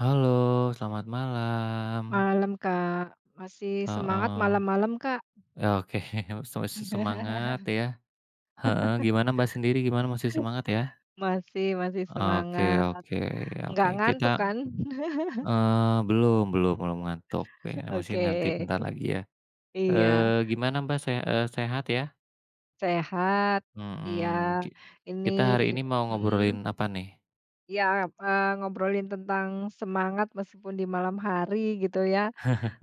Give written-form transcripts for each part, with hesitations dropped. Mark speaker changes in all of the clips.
Speaker 1: Halo, selamat malam,
Speaker 2: Malam, Kak. Masih semangat
Speaker 1: heeh,
Speaker 2: malam-malam, Kak.
Speaker 1: ya, oke, se semangat ya, heeh, gimana Mbak sendiri gimana masih semangat ya?
Speaker 2: Masih masih
Speaker 1: Oke,
Speaker 2: semangat.
Speaker 1: oke, oke,
Speaker 2: Nggak
Speaker 1: kita
Speaker 2: ngantuk kan?
Speaker 1: belum belum belum ngantuk ya, masih
Speaker 2: Oke.
Speaker 1: nanti bentar lagi ya,
Speaker 2: Iya.
Speaker 1: gimana Mbak sehat ya?
Speaker 2: Sehat. Iya.
Speaker 1: Mhm, ki
Speaker 2: Ini
Speaker 1: kita hari ini mau
Speaker 2: mhm,
Speaker 1: ngobrolin apa nih?
Speaker 2: iya, ngobrolin tentang semangat meskipun di malam hari gitu ya.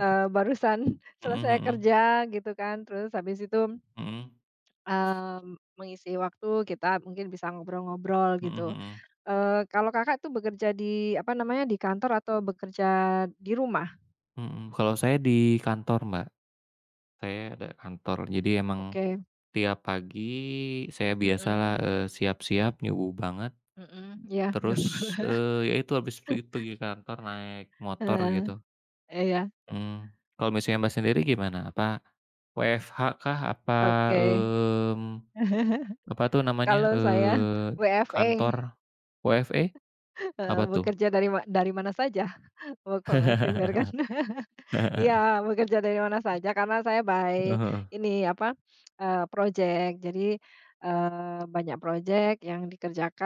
Speaker 2: Barusan
Speaker 1: Mhm
Speaker 2: selesai
Speaker 1: mhm,
Speaker 2: kerja gitu kan, terus habis itu,
Speaker 1: mhm,
Speaker 2: mengisi waktu kita mungkin bisa ngobrol-ngobrol
Speaker 1: mhm
Speaker 2: gitu.
Speaker 1: mhm,
Speaker 2: Kalau Kakak itu bekerja di, apa namanya, di kantor atau bekerja di rumah?
Speaker 1: mhm, kalau saya di kantor, Mbak, saya ada kantor, jadi emang
Speaker 2: Oke.
Speaker 1: tiap pagi saya biasalah,
Speaker 2: Mhm
Speaker 1: siap-siap nyubu banget,
Speaker 2: mhm. Iya,
Speaker 1: terus,
Speaker 2: nyoba
Speaker 1: ya itu habis pergi pergi kantor naik motor
Speaker 2: heeh,
Speaker 1: gitu,
Speaker 2: iya,
Speaker 1: mmm. Kalau misalnya Mbak sendiri gimana? Apa WFH kah? Apa,
Speaker 2: oke.
Speaker 1: mmm, apa tuh namanya,
Speaker 2: Kalau saya
Speaker 1: kantor
Speaker 2: WFH,
Speaker 1: WFE? Apa tuh?
Speaker 2: bekerja dari dari mana saja, work from everywhere kan. Iya, bekerja dari mana saja karena saya by
Speaker 1: Heeh heeh.
Speaker 2: ini apa, project. Jadi, banyak project yang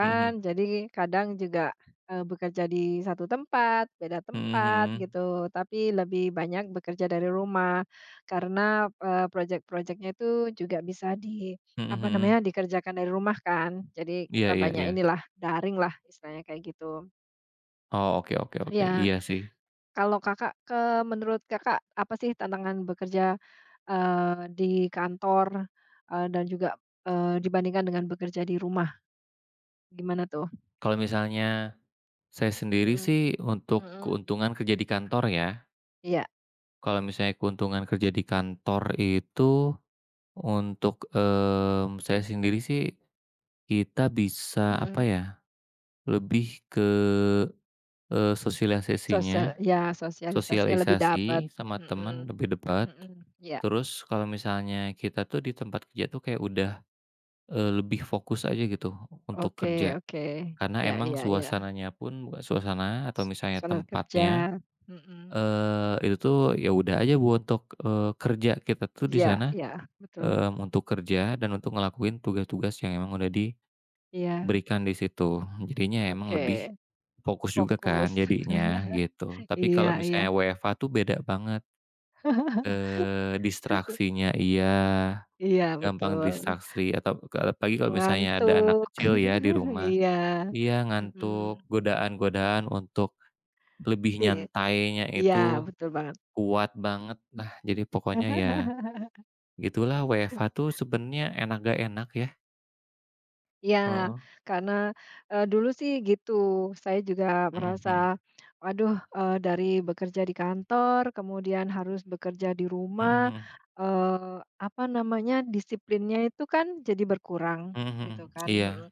Speaker 1: Mhm mhm.
Speaker 2: jadi kadang juga, bekerja di satu tempat, beda
Speaker 1: Mhm
Speaker 2: tempat
Speaker 1: mhm.
Speaker 2: gitu, tapi lebih banyak bekerja dari rumah karena, project project itu juga bisa di
Speaker 1: Mhm
Speaker 2: apa namanya,
Speaker 1: mhm.
Speaker 2: dikerjakan dari rumah kan. Jadi
Speaker 1: Iya
Speaker 2: kita
Speaker 1: iya
Speaker 2: banyak
Speaker 1: iya.
Speaker 2: inilah, daring lah istilahnya kayak gitu.
Speaker 1: Oh, oke oke oke.
Speaker 2: Iya,
Speaker 1: Iya sih.
Speaker 2: kalau Kakak, menurut Kakak apa sih tantangan bekerja di kantor, dan juga, dibandingkan dengan bekerja di rumah, gimana tuh?
Speaker 1: Kalau misalnya saya sendiri
Speaker 2: Mhm
Speaker 1: sih, untuk
Speaker 2: mhm.
Speaker 1: keuntungan kerja di kantor ya,
Speaker 2: Iya.
Speaker 1: kalau misalnya keuntungan kerja di kantor itu untuk, mmm, saya sendiri sih kita bisa apa
Speaker 2: Mhm.
Speaker 1: ya, lebih ke,
Speaker 2: Sosial
Speaker 1: sosialisasinya,
Speaker 2: ya sosialisasinya lebih dapat.
Speaker 1: sosialisasi sama
Speaker 2: Mhm
Speaker 1: teman lebih dekat.
Speaker 2: mhm. Iya,
Speaker 1: Terus kalau misalnya kita tuh di tempat kerja tuh kayak udah, lebih fokus aja gitu untuk
Speaker 2: oke
Speaker 1: kerja.
Speaker 2: oke.
Speaker 1: Karena
Speaker 2: Iya
Speaker 1: emang
Speaker 2: iya iya. Heeh.
Speaker 1: suasananya pun bukan suasana
Speaker 2: S
Speaker 1: atau misalnya
Speaker 2: Suasana kerja.
Speaker 1: tempatnya
Speaker 2: Mhm.
Speaker 1: Itu tuh ya udah aja bu untuk, kerja kita tuh di
Speaker 2: Iya
Speaker 1: sana,
Speaker 2: iya, betul.
Speaker 1: mmm, untuk kerja dan untuk ngelakuin tugas-tugas yang emang udah
Speaker 2: Iya,
Speaker 1: diberikan di situ. Jadinya emang lebih
Speaker 2: oke,
Speaker 1: fokus juga kan
Speaker 2: fokus.
Speaker 1: jadinya gitu. Tapi kalau
Speaker 2: Iya iya.
Speaker 1: misalnya WFH tuh beda banget, distraksinya iya,
Speaker 2: Iya,
Speaker 1: gampang
Speaker 2: betul.
Speaker 1: distraksi atau ke apalagi kalau misalnya ada anak
Speaker 2: Ngantuk.
Speaker 1: kecil ya di rumah.
Speaker 2: Iya,
Speaker 1: Iya
Speaker 2: mhm.
Speaker 1: ngantuk, godaan-godaan untuk lebih
Speaker 2: I
Speaker 1: nyantainya
Speaker 2: Iya,
Speaker 1: itu
Speaker 2: betul banget.
Speaker 1: kuat banget. Nah, jadi pokoknya ya gitulah WFH tuh sebenarnya enak gak enak ya.
Speaker 2: Ya,
Speaker 1: Heeh.
Speaker 2: karena, dulu sih gitu, saya juga
Speaker 1: Mhm mhm.
Speaker 2: merasa, "Aduh, eee, dari bekerja di kantor, kemudian harus bekerja di
Speaker 1: Mhm
Speaker 2: rumah,
Speaker 1: mhm.
Speaker 2: eee, apa namanya, disiplinnya itu kan jadi berkurang,"
Speaker 1: Mhm mhm.
Speaker 2: gitu kan,
Speaker 1: Iya.
Speaker 2: mhm.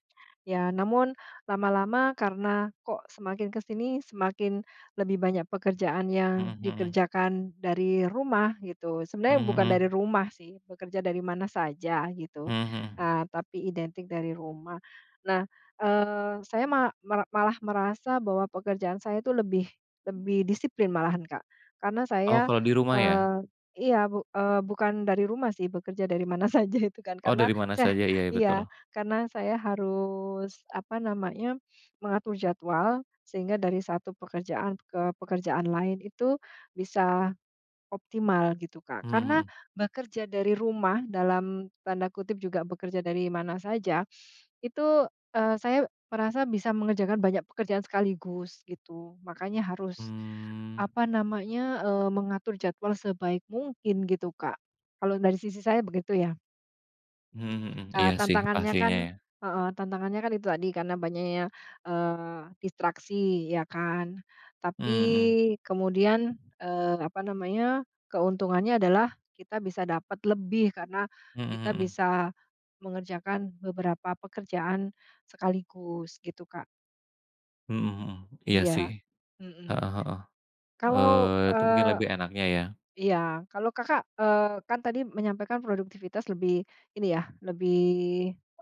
Speaker 2: Ya, namun lama-lama karena kok semakin ke sini semakin banyak pekerjaan
Speaker 1: Mhm
Speaker 2: yang
Speaker 1: mhm.
Speaker 2: dikerjakan dari rumah gitu, sebenarnya
Speaker 1: Mhm
Speaker 2: bukan dari
Speaker 1: mhm.
Speaker 2: rumah sih, bekerja dari mana saja gitu.
Speaker 1: Mhm mhm.
Speaker 2: Ah, tapi identik dari rumah. Nah, saya ma mera malah merasa bahwa pekerjaan saya itu lebih lebih disiplin malahan, Kak. Karena saya,
Speaker 1: Oh, kalau di rumah ya?
Speaker 2: eee iya, bukan dari rumah sih, bekerja dari mana saja itu kan,
Speaker 1: Oh,
Speaker 2: karena
Speaker 1: dari mana
Speaker 2: saya
Speaker 1: saja, iya iya, betul.
Speaker 2: iya, karena saya harus, apa namanya, mengatur jadwal sehingga dari satu pekerjaan ke pekerjaan lain itu bisa optimal gitu, Kak.
Speaker 1: Mhm
Speaker 2: Karena
Speaker 1: mhm.
Speaker 2: bekerja dari rumah dalam tanda kutip juga bekerja dari mana saja, itu, saya merasa bisa mengerjakan banyak pekerjaan sekaligus gitu. Makanya harus,
Speaker 1: Mmm.
Speaker 2: apa namanya, mengatur jadwal sebaik mungkin gitu, Kak. Kalau dari sisi saya begitu ya.
Speaker 1: Mhm mhm. Iya sih,
Speaker 2: Tantangannya kan
Speaker 1: pastinya ya.
Speaker 2: heeh, tantangannya kan itu tadi karena banyaknya, distraksi ya kan.
Speaker 1: Mhm
Speaker 2: Tapi
Speaker 1: mhm.
Speaker 2: kemudian, apa namanya, keuntungannya adalah kita bisa dapat lebih karena
Speaker 1: Mhm
Speaker 2: kita
Speaker 1: mhm.
Speaker 2: bisa mengerjakan beberapa pekerjaan sekaligus gitu, Kak.
Speaker 1: Mhm mhm. Mhm, mhm. Iya sih.
Speaker 2: Iya, mhm.
Speaker 1: Heeh heeh.
Speaker 2: Kalau,
Speaker 1: Itu mungkin lebih enaknya ya,
Speaker 2: iya, kalau Kakak, kan tadi menyampaikan produktivitas lebih ini ya, lebih,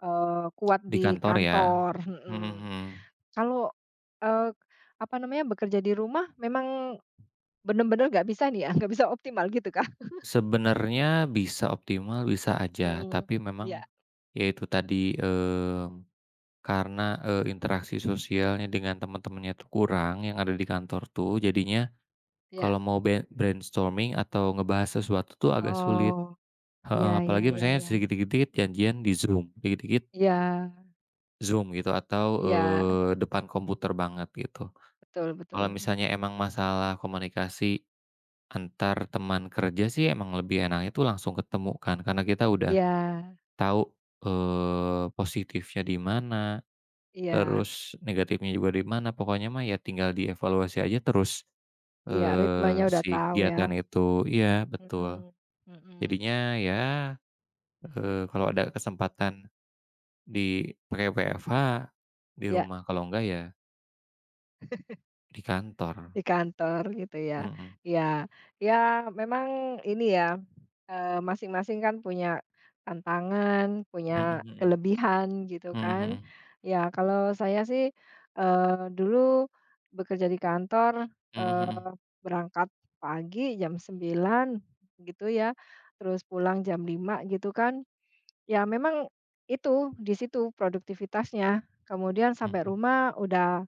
Speaker 2: eee, kuat di
Speaker 1: di kantor ya.
Speaker 2: kantor,
Speaker 1: Mhm mhm.
Speaker 2: mhm.
Speaker 1: Mhm.
Speaker 2: Kalau, eee, apa namanya, bekerja di rumah memang benar-benar nggak bisa nih ya, nggak bisa optimal gitu Kak?
Speaker 1: Sebenarnya bisa optimal, bisa aja.
Speaker 2: Mhm,
Speaker 1: Tapi
Speaker 2: iya
Speaker 1: memang, ya itu tadi, mmm, karena, interaksi sosialnya dengan teman-temannya tuh kurang yang ada di kantor tuh, jadinya
Speaker 2: iya.
Speaker 1: kalau mau brainstorming atau ngebahas sesuatu tuh agak sulit.
Speaker 2: Oh, iya
Speaker 1: Heeh,
Speaker 2: iya
Speaker 1: apalagi
Speaker 2: iya
Speaker 1: misalnya
Speaker 2: iya.
Speaker 1: sedikit sedikit janjian di Zoom, dikit-dikit
Speaker 2: Iya
Speaker 1: Zoom gitu atau,
Speaker 2: iya,
Speaker 1: depan komputer banget gitu.
Speaker 2: betul betul,
Speaker 1: Kalau
Speaker 2: mhm
Speaker 1: misalnya emang
Speaker 2: mhm.
Speaker 1: masalah komunikasi antar teman kerja sih emang lebih enaknya tuh langsung ketemu kan, karena kita udah
Speaker 2: Iya
Speaker 1: tahu, positifnya di mana,
Speaker 2: iya
Speaker 1: terus negatifnya juga di mana, pokoknya mah ya tinggal dievaluasi aja terus,
Speaker 2: iya, ritmenya udah
Speaker 1: si
Speaker 2: tahu ya,
Speaker 1: kegiatan itu. Iya, betul.
Speaker 2: mhm mhm,
Speaker 1: Jadinya ya, kalau ada kesempatan dipakai WFH, di
Speaker 2: iya.
Speaker 1: rumah, kalau enggak ya di kantor.
Speaker 2: Di kantor gitu ya.
Speaker 1: Mhm.
Speaker 2: Ya, ya memang ini ya, masing-masing kan punya tantangan,
Speaker 1: Mhm
Speaker 2: punya
Speaker 1: mhm.
Speaker 2: kelebihan gitu
Speaker 1: Mhm
Speaker 2: kan.
Speaker 1: mhm.
Speaker 2: Ya kalau saya sih, dulu bekerja di kantor,
Speaker 1: Mhm
Speaker 2: eee,
Speaker 1: mhm.
Speaker 2: berangkat pagi jam sembilan gitu ya, terus pulang jam lima gitu kan. Ya memang itu, di situ produktivitasnya. Kemudian sampai
Speaker 1: Mhm.
Speaker 2: rumah udah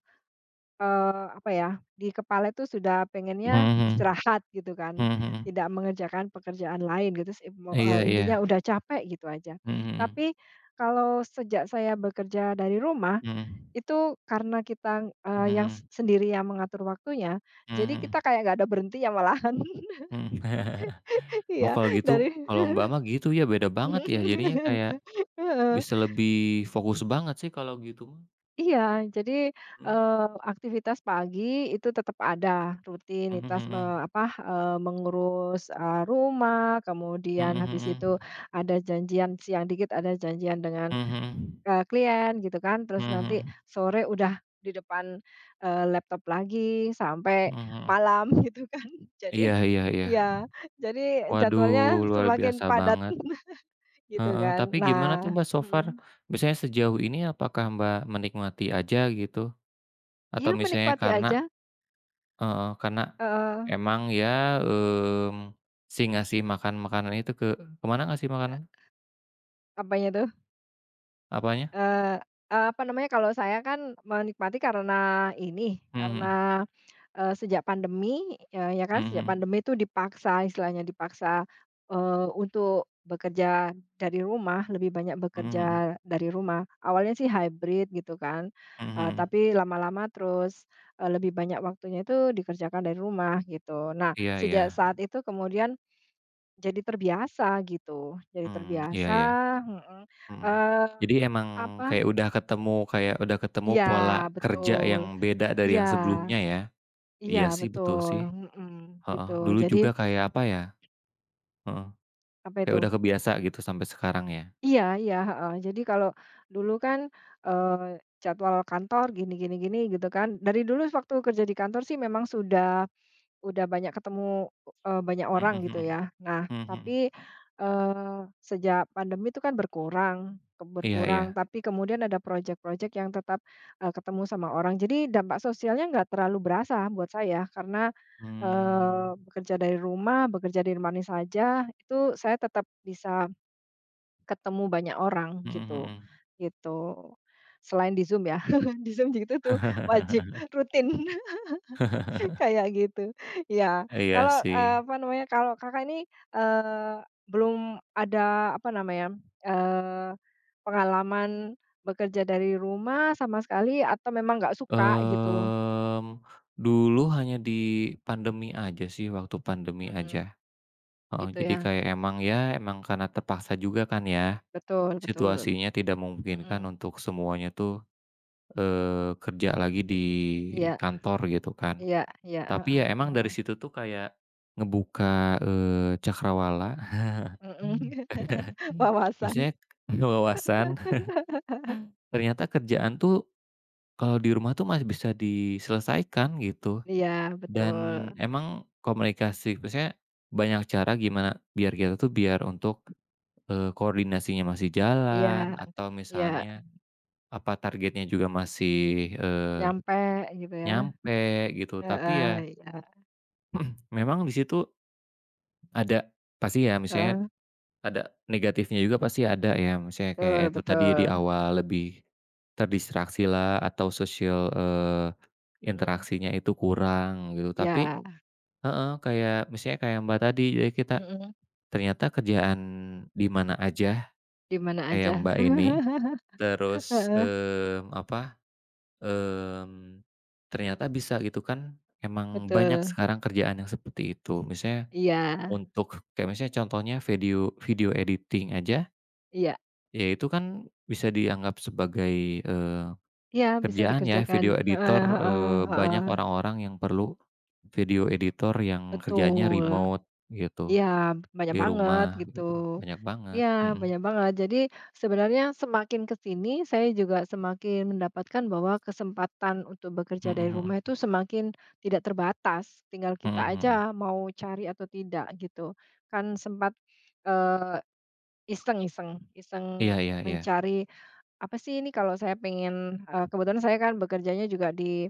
Speaker 2: Apa ya, di kepala itu sudah
Speaker 1: Mhm
Speaker 2: pengennya
Speaker 1: mhm.
Speaker 2: istirahat gitu kan,
Speaker 1: Mhm mhm.
Speaker 2: tidak mengerjakan pekerjaan lain gitu sih,
Speaker 1: Iya iya.
Speaker 2: intinya udah capek gitu aja.
Speaker 1: Mhm mhm.
Speaker 2: Tapi kalau sejak saya bekerja dari rumah,
Speaker 1: Mhm.
Speaker 2: itu karena kita,
Speaker 1: Mhm
Speaker 2: yang
Speaker 1: mhm.
Speaker 2: sendiri yang mengatur waktunya,
Speaker 1: Mhm
Speaker 2: jadi
Speaker 1: mhm.
Speaker 2: kita kayak nggak ada berhenti ya malahan,
Speaker 1: Mhm. Oh,
Speaker 2: ya
Speaker 1: kalau
Speaker 2: dari
Speaker 1: gitu kalau Mbak mah gitu ya, beda banget ya, jadinya kayak bisa lebih fokus banget sih kalau gitu mah.
Speaker 2: Iya, jadi,
Speaker 1: Mhm.
Speaker 2: aktivitas pagi itu tetap ada,
Speaker 1: Mhm
Speaker 2: rutinitas
Speaker 1: mhm.
Speaker 2: apa, mengurus, rumah, kemudian
Speaker 1: Mhm
Speaker 2: habis itu
Speaker 1: mhm.
Speaker 2: ada janjian siang dikit ada janjian dengan,
Speaker 1: Mhm mhm.
Speaker 2: klien gitu kan, terus
Speaker 1: Mhm
Speaker 2: nanti
Speaker 1: mhm.
Speaker 2: sore udah di depan, laptop lagi sampai
Speaker 1: Mhm mhm.
Speaker 2: malam gitu kan. Jadi
Speaker 1: Iya iya iya.
Speaker 2: ya jadi jadwalnya
Speaker 1: Waduh, luar
Speaker 2: semakin
Speaker 1: biasa
Speaker 2: padat
Speaker 1: banget.
Speaker 2: gitu
Speaker 1: Heeh,
Speaker 2: kan.
Speaker 1: tapi gimana tuh
Speaker 2: Nah
Speaker 1: Mbak so far?
Speaker 2: mhm,
Speaker 1: Misalnya sejauh ini apakah Mbak menikmati aja gitu? Atau
Speaker 2: iya
Speaker 1: misalnya
Speaker 2: menikmati
Speaker 1: karena
Speaker 2: aja.
Speaker 1: heeh, karena
Speaker 2: Heeh,
Speaker 1: emang ya, mmm, si ngasih makan makanan itu ke mana ngasih makanan?
Speaker 2: apanya itu?
Speaker 1: Apanya?
Speaker 2: Eee, Apa namanya, kalau saya kan menikmati karena ini,
Speaker 1: Mhm mhm.
Speaker 2: karena, sejak pandemi, eee, ya kan, sejak
Speaker 1: Mhm
Speaker 2: pandemi itu dipaksa, istilahnya dipaksa, untuk bekerja dari rumah, lebih banyak
Speaker 1: mhm mhm
Speaker 2: bekerja dari rumah. Awalnya sih hybrid gitu kan,
Speaker 1: mhm mhm.
Speaker 2: tapi lama-lama terus, lebih banyak waktunya itu dikerjakan dari rumah gitu. Nah,
Speaker 1: Iya iya,
Speaker 2: sejak saat itu kemudian jadi terbiasa gitu, jadi
Speaker 1: mmm, iya
Speaker 2: terbiasa
Speaker 1: iya,
Speaker 2: mhm,
Speaker 1: mhm.
Speaker 2: eee,
Speaker 1: Jadi emang
Speaker 2: apa
Speaker 1: kayak udah ketemu
Speaker 2: iya,
Speaker 1: pola kerja
Speaker 2: betul.
Speaker 1: yang beda dari
Speaker 2: Iya
Speaker 1: yang sebelumnya ya?
Speaker 2: iya,
Speaker 1: Iya sih, betul
Speaker 2: betul,
Speaker 1: sih,
Speaker 2: mhm,
Speaker 1: heeh.
Speaker 2: gitu.
Speaker 1: Dulu
Speaker 2: Jadi
Speaker 1: juga kayak apa ya, heeh,
Speaker 2: apa
Speaker 1: kayak
Speaker 2: itu
Speaker 1: udah kebiasa gitu sampai sekarang ya?
Speaker 2: iya iya, heeh. Jadi kalau dulu kan, eee, jadwal kantor gini gini gini gitu kan, dari dulu waktu kerja di kantor sih memang sudah udah banyak ketemu, banyak
Speaker 1: Mhm
Speaker 2: orang gitu
Speaker 1: mhm,
Speaker 2: ya. Nah,
Speaker 1: mhm mhm.
Speaker 2: tapi, sejak pandemi itu kan berkurang
Speaker 1: Iya iya,
Speaker 2: berkurang, tapi kemudian ada projek-projek yang tetap, ketemu sama orang. Jadi dampak sosialnya nggak terlalu berasa buat saya karena,
Speaker 1: mmm,
Speaker 2: bekerja dari rumah, bekerja di mana saja, itu saya tetap bisa ketemu banyak orang
Speaker 1: mhm
Speaker 2: gitu,
Speaker 1: mhm.
Speaker 2: gitu. Selain di Zoom ya, di Zoom gitu tuh wajib, rutin. Kayak gitu. Iya.
Speaker 1: Iya
Speaker 2: Kalau,
Speaker 1: sih.
Speaker 2: apa namanya, kalau Kakak ini, eee, belum ada, apa namanya, eee, pengalaman bekerja dari rumah sama sekali atau memang nggak suka gitu?
Speaker 1: Mmm, dulu hanya di pandemi aja sih, waktu pandemi
Speaker 2: Mhm,
Speaker 1: aja, heeh.
Speaker 2: gitu
Speaker 1: Jadi
Speaker 2: ya.
Speaker 1: kayak emang ya, emang karena terpaksa juga kan ya,
Speaker 2: Betul betul.
Speaker 1: situasinya tidak memungkinkan
Speaker 2: Mhm.
Speaker 1: untuk semuanya tuh, kerja lagi di
Speaker 2: Iya
Speaker 1: kantor gitu kan.
Speaker 2: iya iya,
Speaker 1: Tapi
Speaker 2: heeh.
Speaker 1: ya emang dari situ tuh kayak ngebuka, cakrawala.
Speaker 2: Mhm. Wawasan.
Speaker 1: Maksudnya wawasan, ternyata kerjaan tuh kalau di rumah tuh masih bisa diselesaikan gitu.
Speaker 2: Iya,
Speaker 1: Dan
Speaker 2: betul.
Speaker 1: emang komunikasi maksudnya banyak cara gimana biar kita tuh biar untuk, koordinasinya masih
Speaker 2: Iya
Speaker 1: jalan atau
Speaker 2: iya,
Speaker 1: misalnya, apa, targetnya juga masih,
Speaker 2: nyampe gitu ya.
Speaker 1: nyampe gitu tapi ya
Speaker 2: Heeh, iya.
Speaker 1: memang di situ ada pasti ya misalnya
Speaker 2: Heeh.
Speaker 1: ada negatifnya juga pasti ada ya misalnya kayak
Speaker 2: Betul
Speaker 1: itu tadi di
Speaker 2: betul.
Speaker 1: awal lebih terdistraksilah atau sosial,
Speaker 2: Mhm.
Speaker 1: interaksinya itu kurang gitu tapi
Speaker 2: Iya.
Speaker 1: heeh, kayak misalnya kayak Mbak tadi jadi kita
Speaker 2: Mhm,
Speaker 1: ternyata kerjaan di mana aja
Speaker 2: di mana
Speaker 1: kayak
Speaker 2: aja.
Speaker 1: Mbak ini, terus,
Speaker 2: Heeh,
Speaker 1: mmm, apa, mmm, ternyata bisa gitu kan, emang banyak
Speaker 2: betul.
Speaker 1: sekarang kerjaan yang seperti itu. Misalnya
Speaker 2: Iya
Speaker 1: untuk kayak misalnya contohnya video video editing aja,
Speaker 2: iya
Speaker 1: ya itu kan bisa dianggap sebagai,
Speaker 2: iya bisa
Speaker 1: kerjaan ya
Speaker 2: dikerjakan.
Speaker 1: video editor,
Speaker 2: Heeh heeh heeh,
Speaker 1: banyak orang-orang yang perlu video editor yang kerjaannya
Speaker 2: betul.
Speaker 1: remote gitu,
Speaker 2: Iya, banyak
Speaker 1: di
Speaker 2: banget
Speaker 1: rumah
Speaker 2: gitu.
Speaker 1: gitu, banyak banget.
Speaker 2: Iya,
Speaker 1: Mhm,
Speaker 2: banyak banget. Jadi sebenarnya semakin ke sini saya juga semakin mendapatkan bahwa kesempatan untuk bekerja
Speaker 1: mhm
Speaker 2: dari rumah itu
Speaker 1: mhm.
Speaker 2: semakin tidak terbatas, tinggal
Speaker 1: Mhm
Speaker 2: kita aja
Speaker 1: mhm.
Speaker 2: mau cari atau tidak gitu. Kan sempat, eee, iseng-iseng,
Speaker 1: Iya
Speaker 2: iseng
Speaker 1: iya iya.
Speaker 2: mencari apa sih ini kalau saya pengen eee, kebetulan saya kan bekerjanya juga di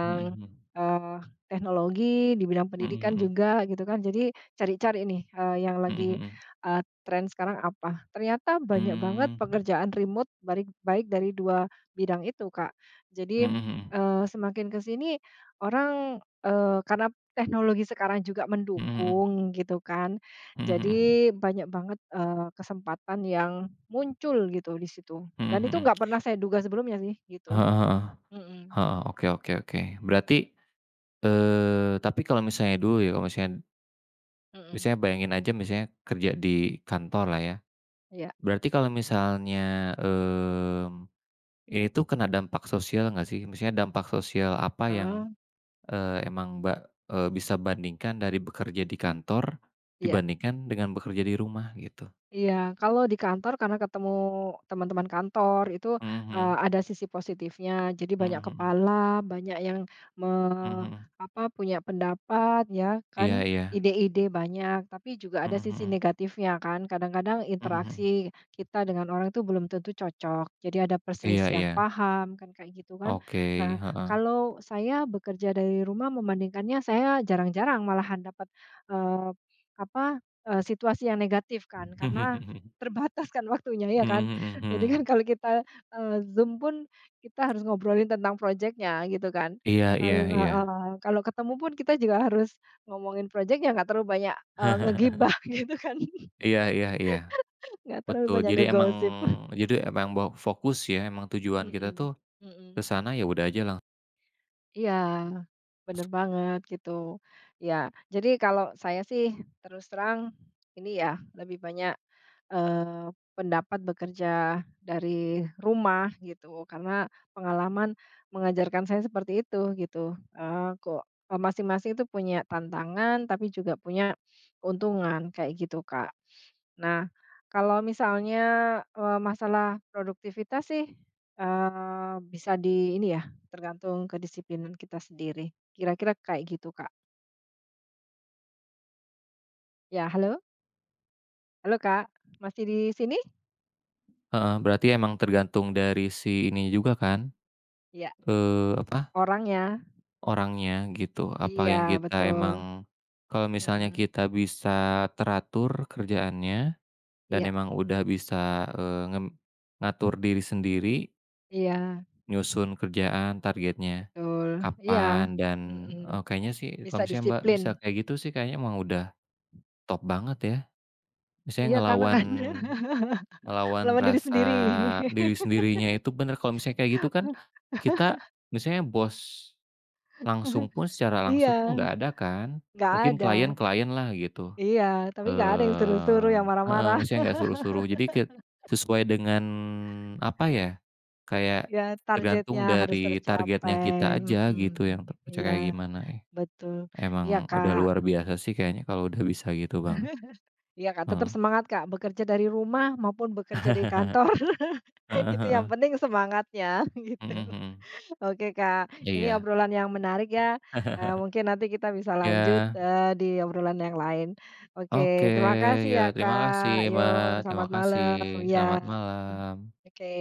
Speaker 1: Mhm mhm.
Speaker 2: eee, teknologi, di bidang
Speaker 1: Mhm
Speaker 2: pendidikan
Speaker 1: mhm.
Speaker 2: juga gitu kan. Jadi cari-cari nih, yang
Speaker 1: Mhm
Speaker 2: lagi,
Speaker 1: mhm.
Speaker 2: eee, tren sekarang apa. Ternyata banyak banget
Speaker 1: Mmm.
Speaker 2: pekerjaan remote baik baik dari 2 bidang itu, Kak. Jadi,
Speaker 1: Mhm mhm.
Speaker 2: semakin ke sini orang, karena teknologi sekarang juga
Speaker 1: Mhm mhm.
Speaker 2: mendukung gitu kan.
Speaker 1: Mhm mhm.
Speaker 2: Jadi banyak banget, kesempatan yang muncul gitu di situ.
Speaker 1: Mhm
Speaker 2: Dan itu
Speaker 1: mhm.
Speaker 2: nggak pernah saya duga sebelumnya sih, gitu.
Speaker 1: Heeh heeh.
Speaker 2: Mhm
Speaker 1: Heeh, oke oke oke. Berarti, tapi kalau misalnya dulu ya, kalau misalnya
Speaker 2: mhm.
Speaker 1: misalnya bayangin aja misalnya kerja di kantor lah ya,
Speaker 2: Iya,
Speaker 1: berarti kalau misalnya, mmm, ini tuh kena dampak sosial nggak sih? Misalnya dampak sosial apa yang
Speaker 2: heeh,
Speaker 1: Emang Mbak, bisa bandingkan dari bekerja di kantor,
Speaker 2: iya.
Speaker 1: dibandingkan dengan bekerja di rumah gitu.
Speaker 2: Iya, kalau di kantor karena ketemu teman-teman kantor itu,
Speaker 1: Mhm,
Speaker 2: ada sisi positifnya. Jadi
Speaker 1: mhm
Speaker 2: banyak
Speaker 1: mhm,
Speaker 2: kepala, banyak yang me
Speaker 1: mhm mhm.
Speaker 2: apa, punya pendapat ya
Speaker 1: Iya
Speaker 2: kan,
Speaker 1: iya,
Speaker 2: ide-ide banyak, tapi juga ada
Speaker 1: mhm
Speaker 2: sisi
Speaker 1: mhm,
Speaker 2: negatifnya kan. Kadang-kadang
Speaker 1: mhm mhm.
Speaker 2: interaksi kita dengan orang itu belum tentu cocok, jadi ada
Speaker 1: Iya
Speaker 2: perselisihan
Speaker 1: iya,
Speaker 2: paham kan kayak gitu kan.
Speaker 1: oke,
Speaker 2: Nah,
Speaker 1: heeh.
Speaker 2: kalau saya bekerja dari rumah membandingkannya saya jarang-jarang malahan dapat, eee, apa situasi yang negatif kan, karena
Speaker 1: Mhm
Speaker 2: terbatas kan waktunya, ya kan?
Speaker 1: mhm
Speaker 2: Jadi
Speaker 1: mhm.
Speaker 2: kan kalau kita, Zoom pun kita harus ngobrolin tentang proyeknya gitu kan.
Speaker 1: Iya iya iya.
Speaker 2: Heeh, kalau ketemu pun kita juga harus ngomongin proyeknya nggak terlalu banyak, ngegibah gitu kan,
Speaker 1: Iya iya iya,
Speaker 2: nggak terlalu
Speaker 1: betul.
Speaker 2: banyak ngegosip.
Speaker 1: Jadi emang bawa fokus ya, emang tujuan kita tuh
Speaker 2: Mhm
Speaker 1: ke
Speaker 2: mhm.
Speaker 1: sana, ya udah aja langsung
Speaker 2: Iya, bener banget gitu. Ya jadi kalau saya sih terus terang ini ya, lebih banyak pendapat bekerja dari rumah gitu, karena pengalaman mengajarkan saya seperti itu gitu, kok, masing-masing itu punya tantangan tapi juga punya keuntungan kayak gitu, Kak. Nah, kalau misalnya, masalah produktivitas sih, bisa di ini ya, tergantung kedisiplinan kita sendiri, kira-kira kayak gitu, Kak. Ya, halo? Halo, Kak, masih di sini?
Speaker 1: heeh, berarti emang tergantung dari si ininya juga kan,
Speaker 2: Ya,
Speaker 1: apa
Speaker 2: orangnya?
Speaker 1: orangnya gitu, apa yang
Speaker 2: Iya,
Speaker 1: kita
Speaker 2: betul.
Speaker 1: emang kalau misalnya
Speaker 2: Mhm,
Speaker 1: kita bisa teratur kerjaannya dan
Speaker 2: iya
Speaker 1: emang udah bisa, ngatur diri sendiri,
Speaker 2: iya,
Speaker 1: nyusun kerjaan, targetnya
Speaker 2: betul, iya,
Speaker 1: kapan dan,
Speaker 2: mhm,
Speaker 1: kayaknya sih
Speaker 2: bisa
Speaker 1: kalau misalnya Mbak
Speaker 2: disiplin.
Speaker 1: bisa kayak gitu sih kayaknya emang udah top banget ya.
Speaker 2: Iya,
Speaker 1: Misalnya
Speaker 2: karena
Speaker 1: ngelawan
Speaker 2: kan
Speaker 1: ngelawan
Speaker 2: melawan diri
Speaker 1: rasa
Speaker 2: sendiri.
Speaker 1: diri sendirinya itu bener kalau misalnya kayak gitu kan, kita misalnya bos langsung pun secara
Speaker 2: Iya,
Speaker 1: langsung tuh nggak ada kan.
Speaker 2: nggak
Speaker 1: Mungkin
Speaker 2: ada.
Speaker 1: klien-klien lah gitu,
Speaker 2: Iya, tapi nggak ada yang suruh-suruh,
Speaker 1: eee
Speaker 2: yang
Speaker 1: heeh,
Speaker 2: marah-marah.
Speaker 1: maksudnya nggak suruh-suruh. Jadi ket sesuai dengan apa ya, kayak
Speaker 2: Ya targetnya
Speaker 1: tergantung
Speaker 2: harus
Speaker 1: dari
Speaker 2: tercapai,
Speaker 1: targetnya kita aja
Speaker 2: mhm,
Speaker 1: gitu yang terpecah
Speaker 2: iya,
Speaker 1: kayak gimana ya.
Speaker 2: betul. Iya,
Speaker 1: Emang udah
Speaker 2: Kak.
Speaker 1: luar biasa sih kayaknya kalau udah bisa gitu banget,
Speaker 2: Iya, Kak, tetap
Speaker 1: heeh.
Speaker 2: semangat, Kak, bekerja dari rumah maupun bekerja di kantor,
Speaker 1: Heeh
Speaker 2: itu yang
Speaker 1: heeh.
Speaker 2: penting semangatnya, gitu.
Speaker 1: Mhm mhm.
Speaker 2: Oke, Kak, ini
Speaker 1: Iya.
Speaker 2: obrolan yang menarik ya, mungkin nanti kita bisa lanjut,
Speaker 1: Ya,
Speaker 2: di obrolan yang lain.
Speaker 1: oke.
Speaker 2: Oke, terima kasih
Speaker 1: Ya
Speaker 2: ya,
Speaker 1: terima kasih,
Speaker 2: Kak.
Speaker 1: Mbak.
Speaker 2: Yuk,
Speaker 1: Terima
Speaker 2: selamat
Speaker 1: kasih.
Speaker 2: malam. Ya.
Speaker 1: Selamat malam.
Speaker 2: Oke.